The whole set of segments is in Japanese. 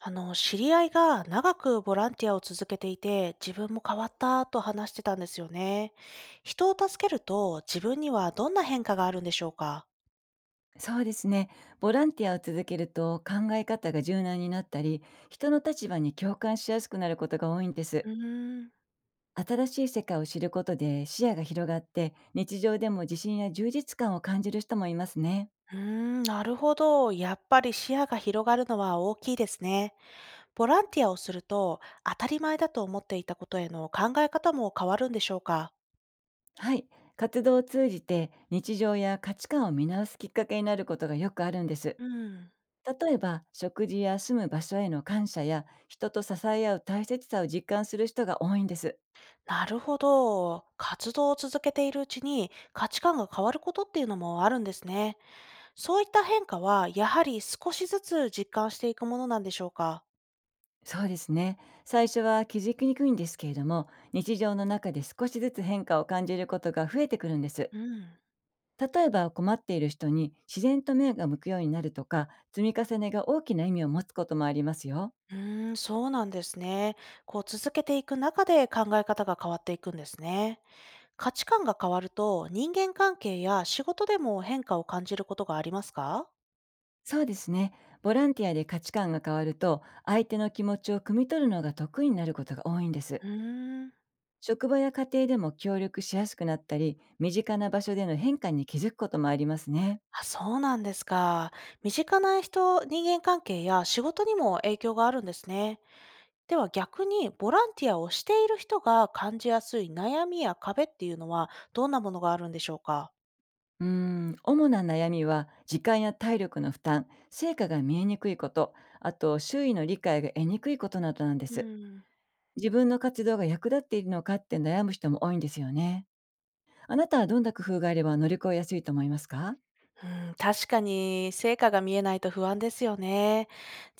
知り合いが長くボランティアを続けていて、自分も変わったと話してたんですよね。人を助けると自分にはどんな変化があるんでしょうか？そうですね。ボランティアを続けると考え方が柔軟になったり、人の立場に共感しやすくなることが多いんでうす。ーん、新しい世界を知ることで視野が広がって、日常でも自信や充実感を感じる人もいますね。うーん、なるほど。やっぱり視野が広がるのは大きいですね。ボランティアをすると当たり前だと思っていたことへの考え方も変わるんでしょうか？はい。活動を通じて日常や価値観を見直すきっかけになることがよくあるんです。うん、例えば、食事や住む場所への感謝や人と支え合う大切さを実感する人が多いんです。なるほど。活動を続けているうちに価値観が変わることっていうのもあるんですね。そういった変化は、やはり少しずつ実感していくものなんでしょうか？そうですね。最初は気づきにくいんですけれども、日常の中で少しずつ変化を感じることが増えてくるんです。うん。例えば、困っている人に自然と目が向くようになるとか、積み重ねが大きな意味を持つこともありますよ。うーん、そうなんですね。こう続けていく中で考え方が変わっていくんですね。価値観が変わると、人間関係や仕事でも変化を感じることがありますか？そうですね。ボランティアで価値観が変わると、相手の気持ちを汲み取るのが得意になることが多いんです。うーん。職場や家庭でも協力しやすくなったり、身近な場所での変化に気づくこともありますね。あ、そうなんですか。身近な人間関係や仕事にも影響があるんですね。では逆に、ボランティアをしている人が感じやすい悩みや壁っていうのは、どんなものがあるんでしょうか？主な悩みは時間や体力の負担、成果が見えにくいこと、あと周囲の理解が得にくいことなどなんでうん、す。うん。自分の活動が役立っているのかって悩む人も多いんですよね。あなたはどんな工夫があれば乗り越えやすいと思いますか？確かに成果が見えないと不安ですよね。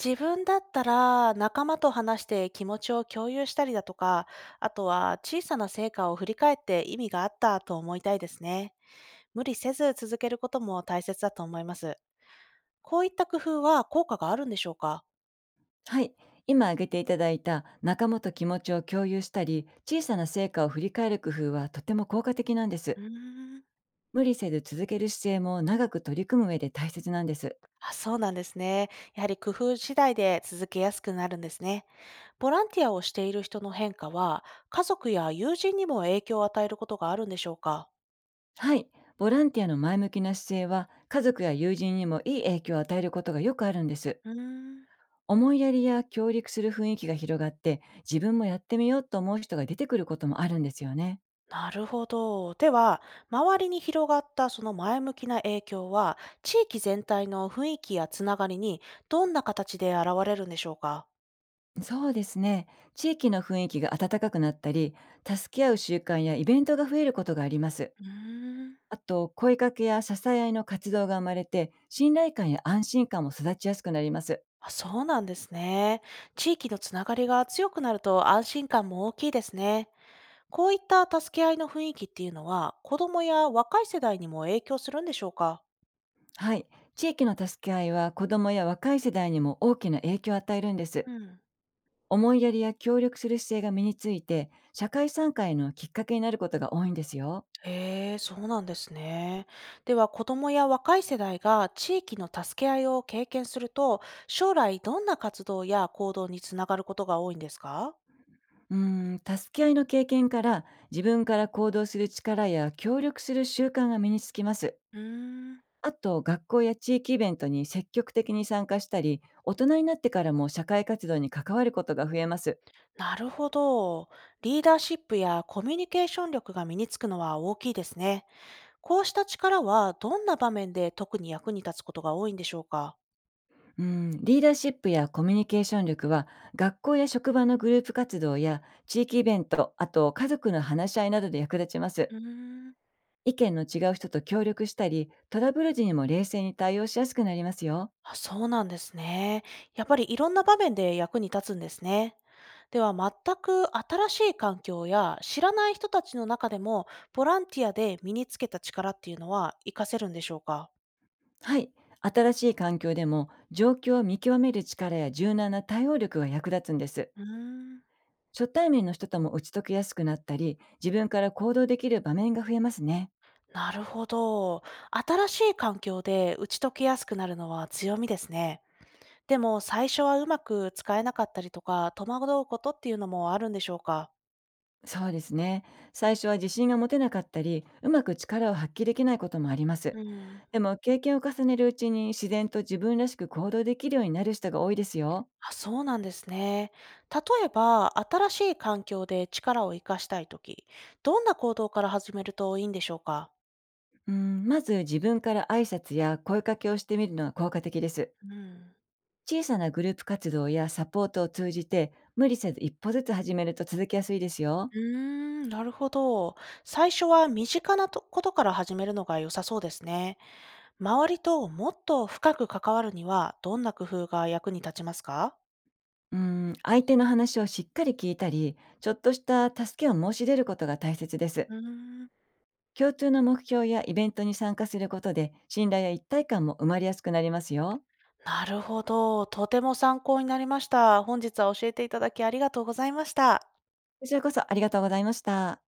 自分だったら仲間と話して気持ちを共有したりだとか、あとは小さな成果を振り返って意味があったと思いたいですね。無理せず続けることも大切だと思います。こういった工夫は効果があるんでしょうか？はい。今挙げていただいた仲間と気持ちを共有したり、小さな成果を振り返る工夫はとても効果的なんです。うーん。無理せず続ける姿勢も長く取り組む上で大切なんです。あ、そうなんですね。やはり工夫次第で続けやすくなるんですね。ボランティアをしている人の変化は、家族や友人にも影響を与えることがあるんでしょうか？はい。ボランティアの前向きな姿勢は、家族や友人にもいい影響を与えることがよくあるんです。うーん。思いやりや協力する雰囲気が広がって、自分もやってみようと思う人が出てくることもあるんですよね。なるほど。では、周りに広がったその前向きな影響は、地域全体の雰囲気やつながりにどんな形で現れるんでしょうか？そうですね。地域の雰囲気が温かくなったり、助け合う習慣やイベントが増えることがあります。うーん。あと、声かけや支え合いの活動が生まれて、信頼感や安心感も育ちやすくなります。あ、そうなんですね。地域のつながりが強くなると安心感も大きいですね。こういった助け合いの雰囲気っていうのは、子供や若い世代にも影響するんでしょうか？はい。地域の助け合いは子どもや若い世代にも大きな影響を与えるんです。うん。思いやりや協力する姿勢が身について、社会参加へのきっかけになることが多いんですよ。へえ、そうなんですね。では、子どもや若い世代が地域の助け合いを経験すると、将来どんな活動や行動につながることが多いんですか？うー助け合いの経験から自分から行動する力や協力する習慣が身につきます。うーん、あと、学校や地域イベントに積極的に参加したり、大人になってからも社会活動に関わることが増えます。なるほど。リーダーシップやコミュニケーション力が身につくのは大きいですね。こうした力はどんな場面で特に役に立つことが多いんでしょうか？うん、リーダーシップやコミュニケーション力は、学校や職場のグループ活動や地域イベント、あと家族の話し合いなどで役立ちます。うーん、意見の違う人と協力したり、トラブル時にも冷静に対応しやすくなりますよ。あ、そうなんですね。やっぱりいろんな場面で役に立つんですね。では全く新しい環境や知らない人たちの中でもボランティアで身につけた力っていうのは活かせるんでしょうか？はい。新しい環境でも状況を見極める力や柔軟な対応力が役立つんです。うーん、初対面の人とも打ち解けやすくなったり、自分から行動できる場面が増えますね。なるほど。新しい環境で打ち解けやすくなるのは強みですね。でも最初はうまく使えなかったりとか戸惑うことっていうのもあるんでしょうか？そうですね。最初は自信が持てなかったり、うまく力を発揮できないこともあります。うん。でも、経験を重ねるうちに自然と自分らしく行動できるようになる人が多いですよ。あ、そうなんですね。例えば新しい環境で力を活かしたいとき、どんな行動から始めるといいんでしょうか？うん、まず自分から挨拶や声かけをしてみるのが効果的です。うん。小さなグループ活動やサポートを通じて無理せず一歩ずつ始めると続きやすいですよ。うーん、なるほど。最初は身近なとことから始めるのが良さそうですね。周りともっと深く関わるには、どんな工夫が役に立ちますか？うん、相手の話をしっかり聞いたり、ちょっとした助けを申し出ることが大切です。うーん、共通の目標やイベントに参加することで信頼や一体感も生まれやすくなりますよ。なるほど。とても参考になりました。本日は教えていただきありがとうございました。こちらこそありがとうございました。